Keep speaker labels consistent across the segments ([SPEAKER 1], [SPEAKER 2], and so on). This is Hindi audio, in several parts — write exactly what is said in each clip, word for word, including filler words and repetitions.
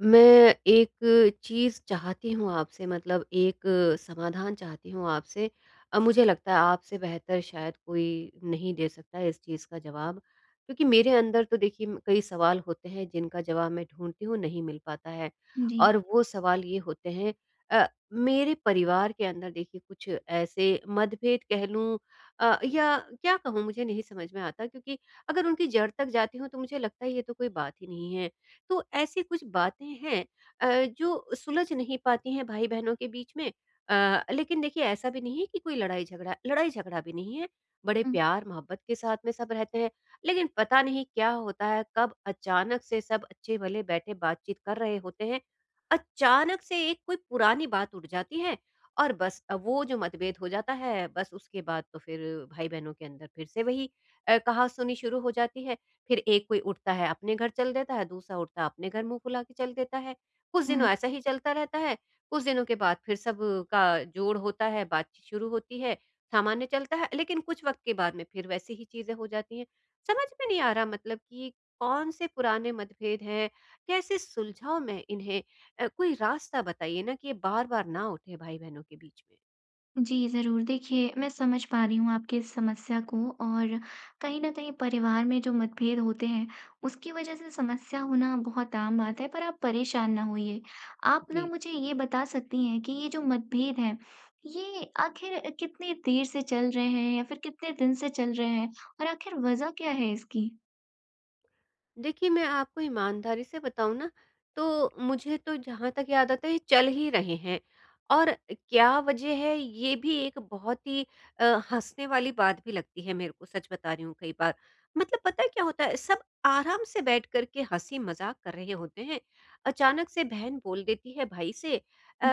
[SPEAKER 1] मैं एक चीज़ चाहती हूँ आपसे मतलब एक समाधान चाहती हूँ आपसे। अ, मुझे लगता है आपसे बेहतर शायद कोई नहीं दे सकता है इस चीज़ का जवाब। क्योंकि मेरे अंदर तो देखिए म- कई सवाल होते हैं जिनका जवाब मैं ढूँढती हूँ नहीं मिल पाता है।
[SPEAKER 2] जी।
[SPEAKER 1] और वो सवाल ये होते हैं अ, मेरे परिवार के अंदर देखिए कुछ ऐसे मतभेद कह लूँ अ, या क्या कहूँ मुझे नहीं समझ में आता क्योंकि अगर उनकी जड़ तक जाती हूँ तो मुझे लगता है ये तो कोई बात ही नहीं है। तो ऐसी कुछ बातें हैं अ, जो सुलझ नहीं पाती हैं भाई-बहनों के बीच में अ, लेकिन देखिए ऐसा भी नहीं है कि कोई लड़ाई-झगड़ा लड़ाई-झगड़ा भी नहीं है, बड़े
[SPEAKER 2] हुँ,
[SPEAKER 1] प्यार-मोहब्बत के साथ में सब रहते हैं। लेकिन पता नहीं क्या होता है, कब अचानक से सब अच्छे-भले बैठे बातचीत कर रहे होते हैं, अचानक से एक कोई पुरानी बात उठ जाती है और बस अ, वो जो मतभेद हो जाता है, बस उसके बाद तो फिर भाई-बहनों के अंदर फिर से वही अ, कहा-सुनी शुरू हो जाती है। फिर एक कोई उठता है अपने घर चल देता है, दूसरा उठता है अपने घर मुँह फुला के चल देता है। कुछ दिनों
[SPEAKER 2] हुँ।
[SPEAKER 1] ऐसा ही चलता रहता है, कुछ दिनों के बाद फिर सब का जोड़ होता है, बातचीत शुरू होती है, सामान्य चलता है, लेकिन कुछ वक़्त के बाद में फिर वैसी ही चीज़ें हो जाती हैं। समझ में नहीं आ रहा मतलब कि कौन-से पुराने मतभेद हैं, कैसे सुलझाऊँ मैं इन्हें? अ, कोई रास्ता बताइए ना कि ये बार-बार ना उठे भाई-बहनों के बीच में।
[SPEAKER 2] जी, ज़रूर। देखिए, मैं समझ पा रही हूँ आपकी इस समस्या को, और कहीं न कहीं परिवार में जो मतभेद होते हैं, उसकी वजह से समस्या होना बहुत आम बात है, पर आप परेशान ना होइए। आप ना
[SPEAKER 1] जी।
[SPEAKER 2] मुझे ये बता सकती हैं कि ये जो मतभेद हैं, ये आखिर कितनी देर से चल रहे हैं या फिर कितने दिन से चल रहे हैं, और आखिर वजह क्या है इसकी?
[SPEAKER 1] देखिए, मैं आपको ईमानदारी से बताऊँ ना, तो मुझे तो जहाँ तक याद आता है, ये चल ही रहे हैं और क्या वजह है, ये भी एक बहुत ही अ, हँसने वाली बात भी लगती है मेरे को, सच बता रही हूँ कई बार। मतलब पता है क्या होता है, सब आराम से बैठ कर के हँसी-मज़ाक कर रहे होते हैं। अचानक से बहन बोल देती है भाई से अ,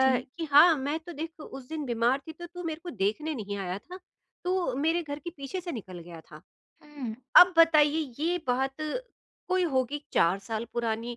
[SPEAKER 2] जी।
[SPEAKER 1] हाँ, मैं तो देख उस दिन बीमार थी, तो तू मेरे को देखने नहीं आया था, तू मेरे घर के पीछे से निकल गया था।
[SPEAKER 2] हुँ,
[SPEAKER 1] अब बताइए ये बात कोई होगी चार साल पुरानी।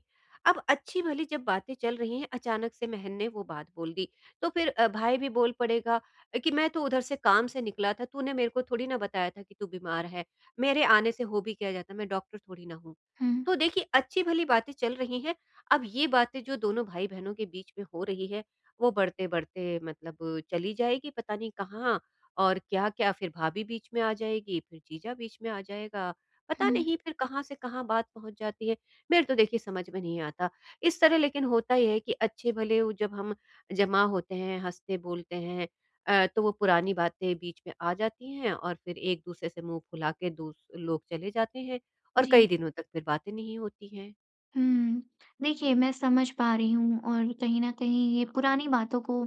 [SPEAKER 1] अब अच्छी-भली जब बातें चल रही हैं, अचानक से महन ने वो बात बोल दी। तो फिर अ, भाई भी बोल पड़ेगा अ, कि मैं तो उधर से काम से निकला था, तूने मेरे को थोड़ी ना बताया था कि तू बीमार है। मेरे आने से हो भी क्या जाता, मैं डॉक्टर थोड़ी ना हूँ।
[SPEAKER 2] हुँ,
[SPEAKER 1] तो देखिए अच्छी-भली बातें चल रही हैं, अब ये बातें जो दोनों भाई-बहनों के बीच में हो रही है, वो बढ़ते-बढ़ते मतलब चली जाएगी, पता नहीं कहाँ और क्या-क्या फिर भाभी बीच में आ जाएगी, फिर जीजा बीच में आ जाएगा, पता
[SPEAKER 2] हुँ।
[SPEAKER 1] नहीं फिर कहाँ से कहाँ बात पहुँच जाती है। मेरे तो देखिए समझ में नहीं आता। इस तरह लेकिन होता ये है कि अच्छे भले वो जब हम जमा होते हैं, हँसते-बोलते हैं अ, तो वो पुरानी बातें बीच में आ जाती हैं और फिर एक-दूसरे से मुँह फुला के दूस लोग चले जाते हैं और कई
[SPEAKER 2] जी।
[SPEAKER 1] दिनों तक फिर बातें नहीं होती हैं।
[SPEAKER 2] हुँ। देखिए, मैं समझ पा रही हूँ, और कहीं न कहीं ये पुरानी बातों को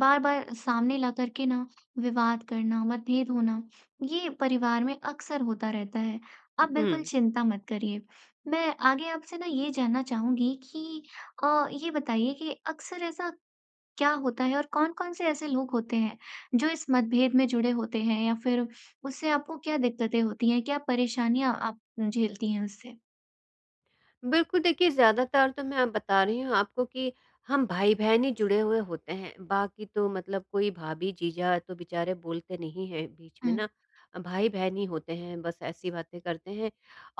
[SPEAKER 2] बार-बार सामने ला कर के ना विवाद करना, मतभेद होना, ये परिवार में अक्सर होता रहता है। आप बिल्कुल
[SPEAKER 1] हुँ।
[SPEAKER 2] चिंता मत करिए। मैं आगे आपसे ना ये जानना चाहूँगी कि अ, ये बताइए कि अक्सर ऐसा क्या होता है, और कौन-कौन से ऐसे लोग होते हैं, जो इस मतभेद में जुड़े होते हैं, या फिर उससे आपको क्या दिक्कतें होती हैं? क्या परेशानियाँ आप झेलती हैं उससे?
[SPEAKER 1] बिल्कुल, देखिए ज़्यादातर तो मैं बता रही हूँ आपको कि हम भाई-बहन ही जुड़े हुए होते हैं, बाकी तो मतलब कोई भाभी-जीजा तो बेचारे बोलते नहीं हैं बीच में
[SPEAKER 2] हुँ।
[SPEAKER 1] ना। अ, भाई-बहन ही होते हैं, बस ऐसी बातें करते हैं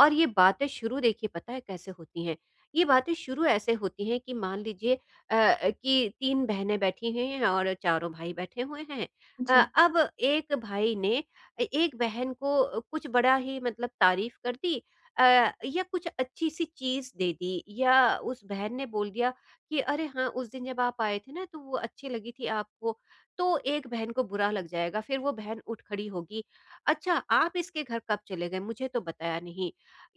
[SPEAKER 1] और ये बातें शुरू देखिए पता है कैसे होती हैं? ये बातें शुरू ऐसे होती हैं कि मान लीजिए अ अ, कि तीन बहनें बैठी हुई हैं और चारों भाई बैठे हुए हैं। अ,
[SPEAKER 2] जी।
[SPEAKER 1] अब एक भाई ने ए एक बहन को अ, कुछ बड़ा ही मतलब तारीफ़ कर दी अ, या कुछ अच्छी-सी चीज़ दे दी या उस बहन ने बोल दिया कि अरे हाँ, उस दिन जब आप आए थे ना तो वो अच्छी लगी थी आपको, तो एक बहन को बुरा लग जाएगा, फिर वो बहन उठ खड़ी होगी। अच्छा, आप इसके घर कब चले गए? मुझे तो बताया नहीं।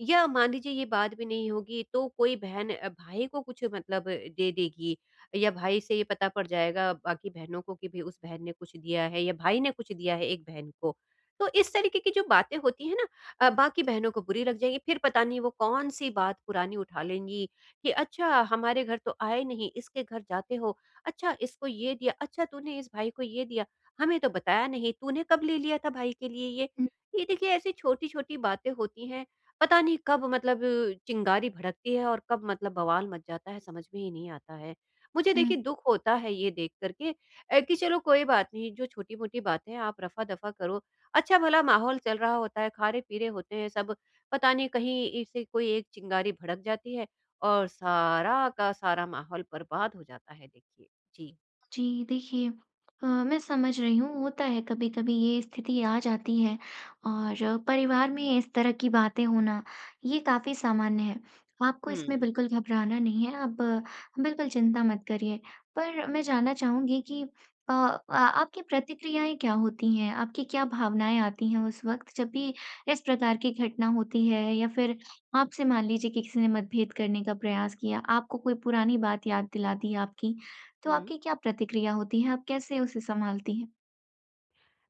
[SPEAKER 1] या मान लीजिए ये बात भी नहीं होगी तो कोई बहन अ, भाई को कुछ मतलब दे देगी या भाई से ये पता पड़ जाएगा बाकी बहनों को कि भई उस बहन ने कुछ दिया है या भाई ने कुछ दिया है एक बहन को। तो इस तरीके की जो बातें होती हैं ना अ, बाकी बहनों को बुरी लग जाएगी, फिर पता नहीं वो कौन-सी बात पुरानी उठा लेंगी कि अच्छा हमारे घर तो आए नहीं, इसके घर जाते हो, अच्छा इसको ये दिया, अच्छा तूने इस भाई को ये दिया, हमें तो बताया नहीं, तूने कब ले लिया था भाई के लिए ये?
[SPEAKER 2] हुँ।
[SPEAKER 1] ये देखिए ऐसी छोटी-छोटी बातें होती हैं, पता नहीं कब मतलब अ, चिंगारी भड़कती है और कब मतलब बवाल मच जाता है, समझ में ही नहीं आता है। मुझे देखिए
[SPEAKER 2] हुँ।
[SPEAKER 1] दुःख होता है ये देख कर के अ, कि चलो कोई बात नहीं, जो छोटी-मोटी बातें हैं आप रफ़ा-दफ़ा करो अच्छा-भला माहौल चल रहा होता है, खारे-पीरे होते हैं सब, पता नहीं कहीं से कोई एक चिंगारी भड़क जाती है और सारा का सारा माहौल बर्बाद हो जाता है देखिए। जी।
[SPEAKER 2] जी, देखिए, अ, मैं समझ रही हूँ, होता है, कभी-कभी ये स्थिति आ जाती है, और परिवार में इस तरह की बातें होना, ये काफ़ी सामान्य है। आपको इसमें
[SPEAKER 1] हुँ,
[SPEAKER 2] बिल्कुल घबराना नहीं है, आप अ, बिल्कुल चिंता मत करिए। पर मैं जानना चाहूँगी कि अ, आ आपकी प्रतिक्रियाएँ क्या होती हैं? आपकी क्या भावनाएँ आती हैं उस वक़्त, जब भी इस प्रकार की घटना होती है, या फिर आपसे मान लीजिए कि किसी ने मतभेद करने का प्रयास किया, आपको कोई पुरानी बात याद दिला दी आपकी, तो
[SPEAKER 1] हुँ।
[SPEAKER 2] आपकी क्या प्रतिक्रिया होती है? आप कैसे उसे संभालती हैं?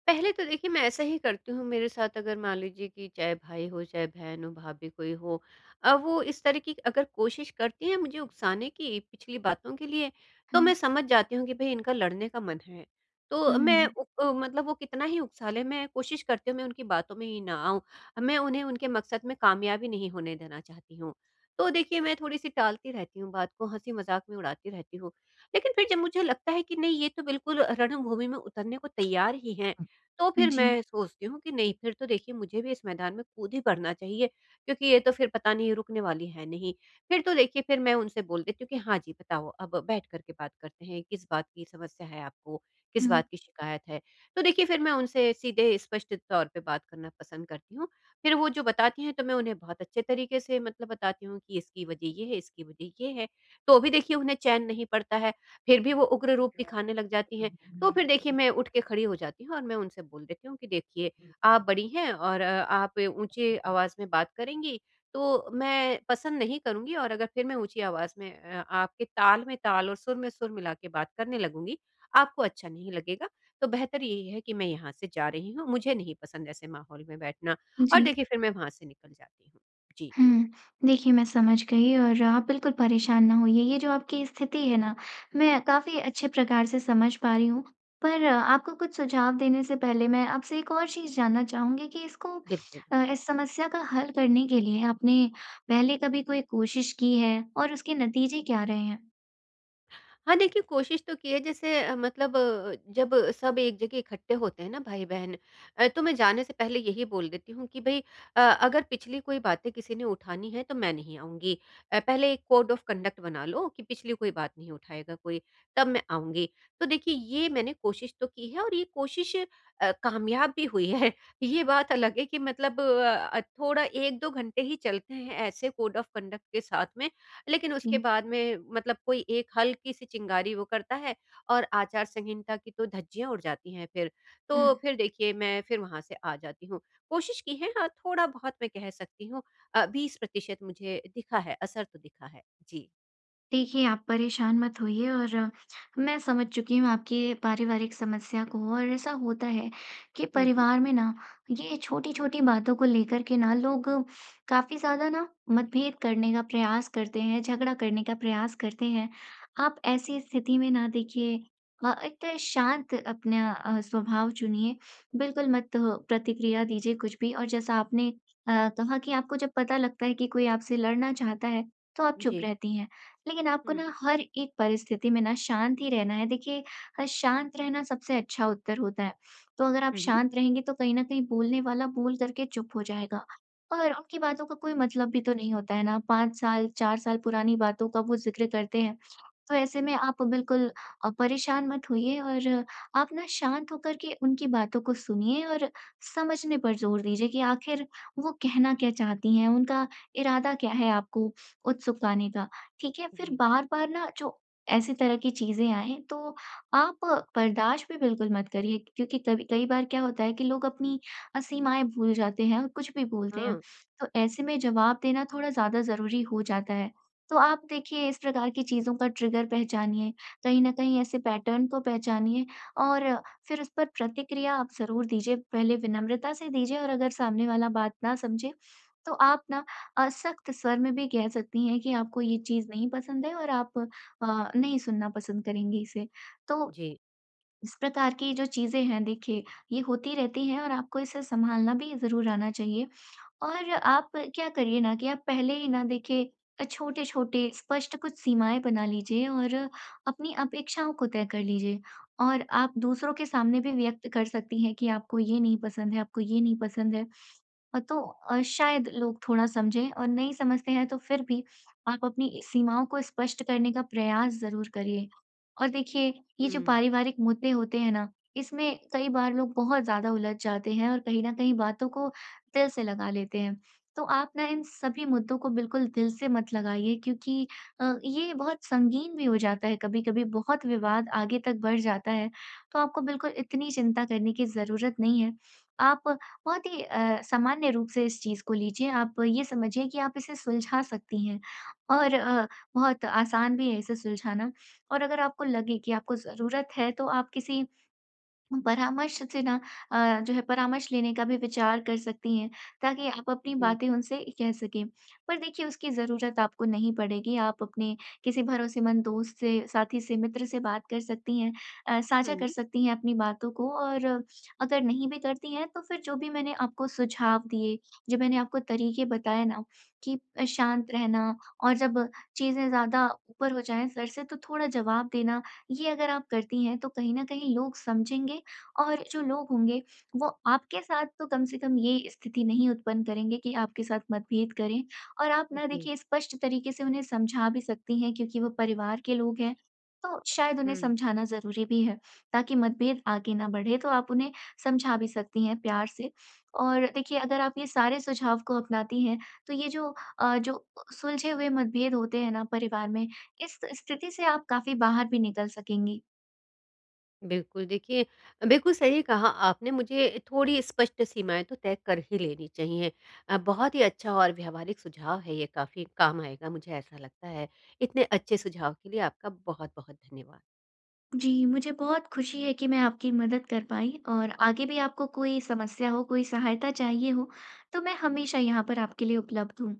[SPEAKER 1] पहले तो देखिए मैं ऐसा ही करती हूँ मेरे साथ अगर मान लीजिए कि चाहे भाई हो चाहे बहन हो भाभी कोई हो अ, वो इस तरह की अगर कोशिश करती हैं मुझे उकसाने की पिछली बातों के लिए तो
[SPEAKER 2] हुँ,
[SPEAKER 1] मैं समझ जाती हूँ कि भाई इनका लड़ने का मन है तो मैं
[SPEAKER 2] हुँ।
[SPEAKER 1] उ, अ, मतलब वो कितना ही उकसा ले मैं कोशिश करती हूँ मैं उनकी बातों में ही ना आऊं मैं उन्हें उनके मकसद में कामयाबी नहीं होने देना चाहती हूँ तो देखिए मैं थोड़ी सी टालती रहती हूँ बात को हंसी मजाक में उड़ाती रहती हूँ लेकिन फिर जब मुझे लगता है कि नहीं ये तो बिल्कुल रणभूमि में उतरने को तैयार ही है तो फिर
[SPEAKER 2] जी,
[SPEAKER 1] मैं सोचती हूँ कि नहीं फिर तो देखिए मुझे भी इस मैदान में कूद ही पड़ना चाहिए क्योंकि ये तो फिर पता नहीं रुकने वाली है नहीं। फिर तो देखिए फिर मैं उनसे बोल देती हूँ कि हाँ जी बताओ अब बैठ कर के बात करते हैं, किस बात की समस्या है आपको? किस
[SPEAKER 2] हुँ,
[SPEAKER 1] बात की शिकायत है? तो देखिए फिर मैं उनसे सीधे स्पष्ट तौर पे बात करना पसंद करती हूँ। फिर वो जो बताती हैं तो मैं उन्हें बहुत अच्छे तरीके से मतलब बताती हूँ कि इसकी वजह ये है, इसकी वजह ये है। तो भी देखिए उन्हें चैन नहीं पड़ता है, फिर भी वो उग्र रूप दिखाने लग जाती हैं। तो फिर देखिए मैं उठ के खड़ी हो जाती हूँ और मैं उनसे बोल देती हूँ कि देखिए आप बड़ी हैं और अ, आप ऊँची आवाज़ में बात करेंगी तो मैं पसंद नहीं करूँगी और अगर फिर मैं ऊँची आवाज़ में अ, आपके ताल में ताल और सुर में सुर मिला के बात करने लगूँगी, आपको अच्छा नहीं लगेगा। तो बेहतर यही है कि मैं यहाँ से जा रही हूँ, मुझे नहीं पसंद ऐसे माहौल में बैठना और
[SPEAKER 2] जी,
[SPEAKER 1] देखिए फिर मैं वहाँ से निकल जाती हूँ। जी,
[SPEAKER 2] हुँ। देखिए, मैं समझ गई, और आप बिल्कुल परेशान ना होइए, ये जो आपकी स्थिति है ना, मैं काफ़ी अच्छे प्रकार से समझ पा रही हूँ। पर आपको कुछ सुझाव देने से पहले मैं आपसे एक और चीज़ जानना चाहूँगी कि इसको,
[SPEAKER 1] बिल्कुल।
[SPEAKER 2] अ, इस समस्या का हल करने के लिए आपने पहले कभी कोई कोशिश की है, और उसके नतीजे क्या रहे हैं?
[SPEAKER 1] हाँ, देखिए कोशिश तो की है जैसे अ, मतलब अ, जब सब एक जगह इकट्ठे होते हैं ना भाई-बहन अ, तो मैं जाने से पहले यही बोल देती हूँ कि भई अ, अगर पिछली कोई बातें किसी ने उठानी है तो मैं नहीं आऊँगी। अ, पहले एक कोड ऑफ कंडक्ट बना लो कि पिछली कोई बात नहीं उठाएगा कोई, तब मैं आऊँगी। तो देखिए ये मैंने कोशिश तो की है और ये कोशिश अ, कामयाब भी हुई है। ये बात अलग है कि मतलब अ, थोड़ा एक-दो घंटे ही चलते हैं ऐसे कोड ऑफ कंडक्ट के साथ में लेकिन उसके
[SPEAKER 2] जी,
[SPEAKER 1] बाद में मतलब कोई एक हल्की-सी चिंगारी वो करता है और आचार संहिता की तो धज्जियाँ उड़ जाती हैं फिर। तो
[SPEAKER 2] हुँ।
[SPEAKER 1] फिर देखिए मैं फिर वहाँ से आ जाती हूँ। कोशिश की है हाँ, थोड़ा-बहुत मैं कह सकती हूँ अ, बीस प्रतिशत मुझे दिखा है, असर तो दिखा है। जी।
[SPEAKER 2] देखिए, आप परेशान मत होइए, और अ, मैं समझ चुकी हूँ आपकी पारिवारिक समस्या को, और ऐसा होता है कि
[SPEAKER 1] हुँ, हुँ।
[SPEAKER 2] परिवार में ना, ये छोटी-छोटी बातों को लेकर के ना लोग काफ़ी ज़्यादा ना मतभेद करने का प्रयास करते हैं, झगड़ा करने का प्रयास करते हैं। आप ऐसी स्थिति में ना देखिए, अ, एक तो शांत अपना अ, स्वभाव चुनिए, बिल्कुल मत अ, प्रतिक्रिया दीजिए कुछ भी, और जैसा आपने अ, कहा कि आपको जब पता लगता है कि कोई आपसे लड़ना चाहता है, तो आप चुप
[SPEAKER 1] जी।
[SPEAKER 2] रहती हैं। लेकिन आपको
[SPEAKER 1] हुँ।
[SPEAKER 2] ना हर एक परिस्थिति में ना शांत ही रहना है। देखिए, अ, शांत रहना सबसे अच्छा उत्तर होता है। तो अगर आप
[SPEAKER 1] हुँ, हुँ।
[SPEAKER 2] शांत रहेंगे, तो कहीं न कहीं बोलने वाला बोल करके चुप हो जाएगा, और उनकी बातों का कोई मतलब भी तो नहीं होता है ना। पाँच साल, चार साल पुरानी बातों का वो ज़िक्र करते हैं। तो ऐसे में आप बिल्कुल अ, परेशान मत होइए, और आप ना शांत होकर के उनकी बातों को सुनिए, और समझने पर जोर दीजिए कि आखिर वो कहना क्या चाहती हैं, उनका इरादा क्या है आपको उत्सुक आने का, ठीक है? फिर
[SPEAKER 1] जी।
[SPEAKER 2] बार-बार ना जो ऐसी तरह की चीज़ें आएँ, तो आप बर्दाश्त भी बिल्कुल मत करिए, क्योंकि कभी कई बार क्या होता है कि लोग अपनी अ, सीमाएँ भूल जाते हैं, और कुछ भी बोलते हैं।
[SPEAKER 1] हाँ।
[SPEAKER 2] तो ऐसे में जवाब देना थोड़ा ज़्यादा ज़रूरी हो जाता है। तो आप देखिए, इस प्रकार की चीज़ों का ट्रिगर पहचानिए, कहीं न कहीं ऐसे पैटर्न को पहचानिए, और फिर उस पर प्रतिक्रिया आप ज़रूर दीजिए, पहले विनम्रता से दीजिए, और अगर सामने वाला बात ना समझे, तो आप ना अ, सख्त स्वर में भी कह सकती हैं कि आपको ये चीज़ नहीं पसंद है, और आप अ, नहीं सुनना पसंद करेंगी इसे। तो
[SPEAKER 1] जी।
[SPEAKER 2] इस प्रकार की जो चीज़ें हैं देखिए, ये होती रहती हैं, और आपको इसे सँभालना भी ज़रूर आना चाहिए। और आप क्या करिए ना कि आप पहले ही ना देखिए, अ, छोटे-छोटे स्पष्ट कुछ सीमाएँ बना लीजिए, और अपनी अपेक्षाओं को तय कर लीजिए। और आप दूसरों के सामने भी व्यक्त कर सकती हैं कि आपको ये नहीं पसंद है, आपको ये नहीं पसंद है। अ, तो अ, शायद लोग थोड़ा समझें, और नहीं समझते हैं तो फिर भी आप अपनी सीमाओं को स्पष्ट करने का प्रयास ज़रूर करिए। और देखिए, ये
[SPEAKER 1] हुँ।
[SPEAKER 2] जो पारिवारिक मुद्दे होते हैं ना, इसमें कई बार लोग बहुत ज़्यादा उलझ जाते हैं, और कहीं न कहीं बातों को दिल से लगा लेते हैं। तो आप ना इन सभी मुद्दों को बिल्कुल दिल से मत लगाइए, क्योंकि अ, ये बहुत संगीन भी हो जाता है, कभी-कभी बहुत विवाद आगे तक बढ़ जाता है। तो आपको बिल्कुल इतनी चिंता करने की ज़रूरत नहीं है। आप बहुत ही अ, सामान्य रूप से इस चीज़ को लीजिए, आप ये समझिए कि आप इसे सुलझा सकती हैं, और अ, बहुत आसान भी है इसे सुलझाना, और अगर आपको लगे कि आपको ज़रूरत है, तो आप किसी परामर्श से ना, अ, जो है, परामर्श लेने का भी विचार कर सकती हैं, ताकि आप अपनी
[SPEAKER 1] जी।
[SPEAKER 2] बातें उनसे कह सकें। पर देखिए, उसकी ज़रूरत आपको नहीं पड़ेगी, आप अपने किसी भरोसेमंद दोस्त से, साथी से, मित्र से बात कर सकती हैं, अ, साझा कर
[SPEAKER 1] हुँ।
[SPEAKER 2] सकती हैं अपनी बातों को, और अगर नहीं भी करती हैं तो फिर जो भी मैंने आपको सुझाव दिए, जो मैंने आपको तरीके बताए ना कि अ, शांत रहना, और जब चीज़ें ज़्यादा ऊपर हो जाएँ सर से, तो थोड़ा जवाब देना, ये अगर आप करती हैं, तो कहीं न कहीं लोग समझेंगे, और जो लोग होंगे वो आपके साथ तो कम से कम ये स्थिति नहीं उत्पन्न करेंगे कि आपके साथ मतभेद करें, और आप ना
[SPEAKER 1] जी।
[SPEAKER 2] देखिए, स्पष्ट तरीके से उन्हें समझा भी सकती हैं, क्योंकि वो परिवार के लोग हैं, तो शायद उन्हें
[SPEAKER 1] हुँ।
[SPEAKER 2] समझाना ज़रूरी भी है, ताकि मतभेद आगे ना बढ़े, तो आप उन्हें समझा भी सकती हैं प्यार से। और देखिए, अगर आप ये सारे सुझाव को अपनाती हैं, तो ये जो अ, जो सुलझे हुए मतभेद होते हैं ना परिवार में, इस स्थिति से आप काफ़ी बाहर भी निकल सकेंगी।
[SPEAKER 1] बिल्कुल, देखिए बिल्कुल सही कहा आपने, मुझे थोड़ी स्पष्ट सीमाएँ तो तय कर ही लेनी चाहिए। अ, बहुत ही अच्छा और व्यावहारिक सुझाव है ये काफ़ी काम आएगा मुझे ऐसा लगता है। इतने अच्छे सुझाव के लिए आपका बहुत-बहुत धन्यवाद।
[SPEAKER 2] जी, मुझे बहुत खुशी है कि मैं आपकी मदद कर पाई, और आगे भी आपको कोई समस्या हो, कोई सहायता चाहिए हो, तो मैं हमेशा यहाँ पर आपके लिए उपलब्ध हूँ।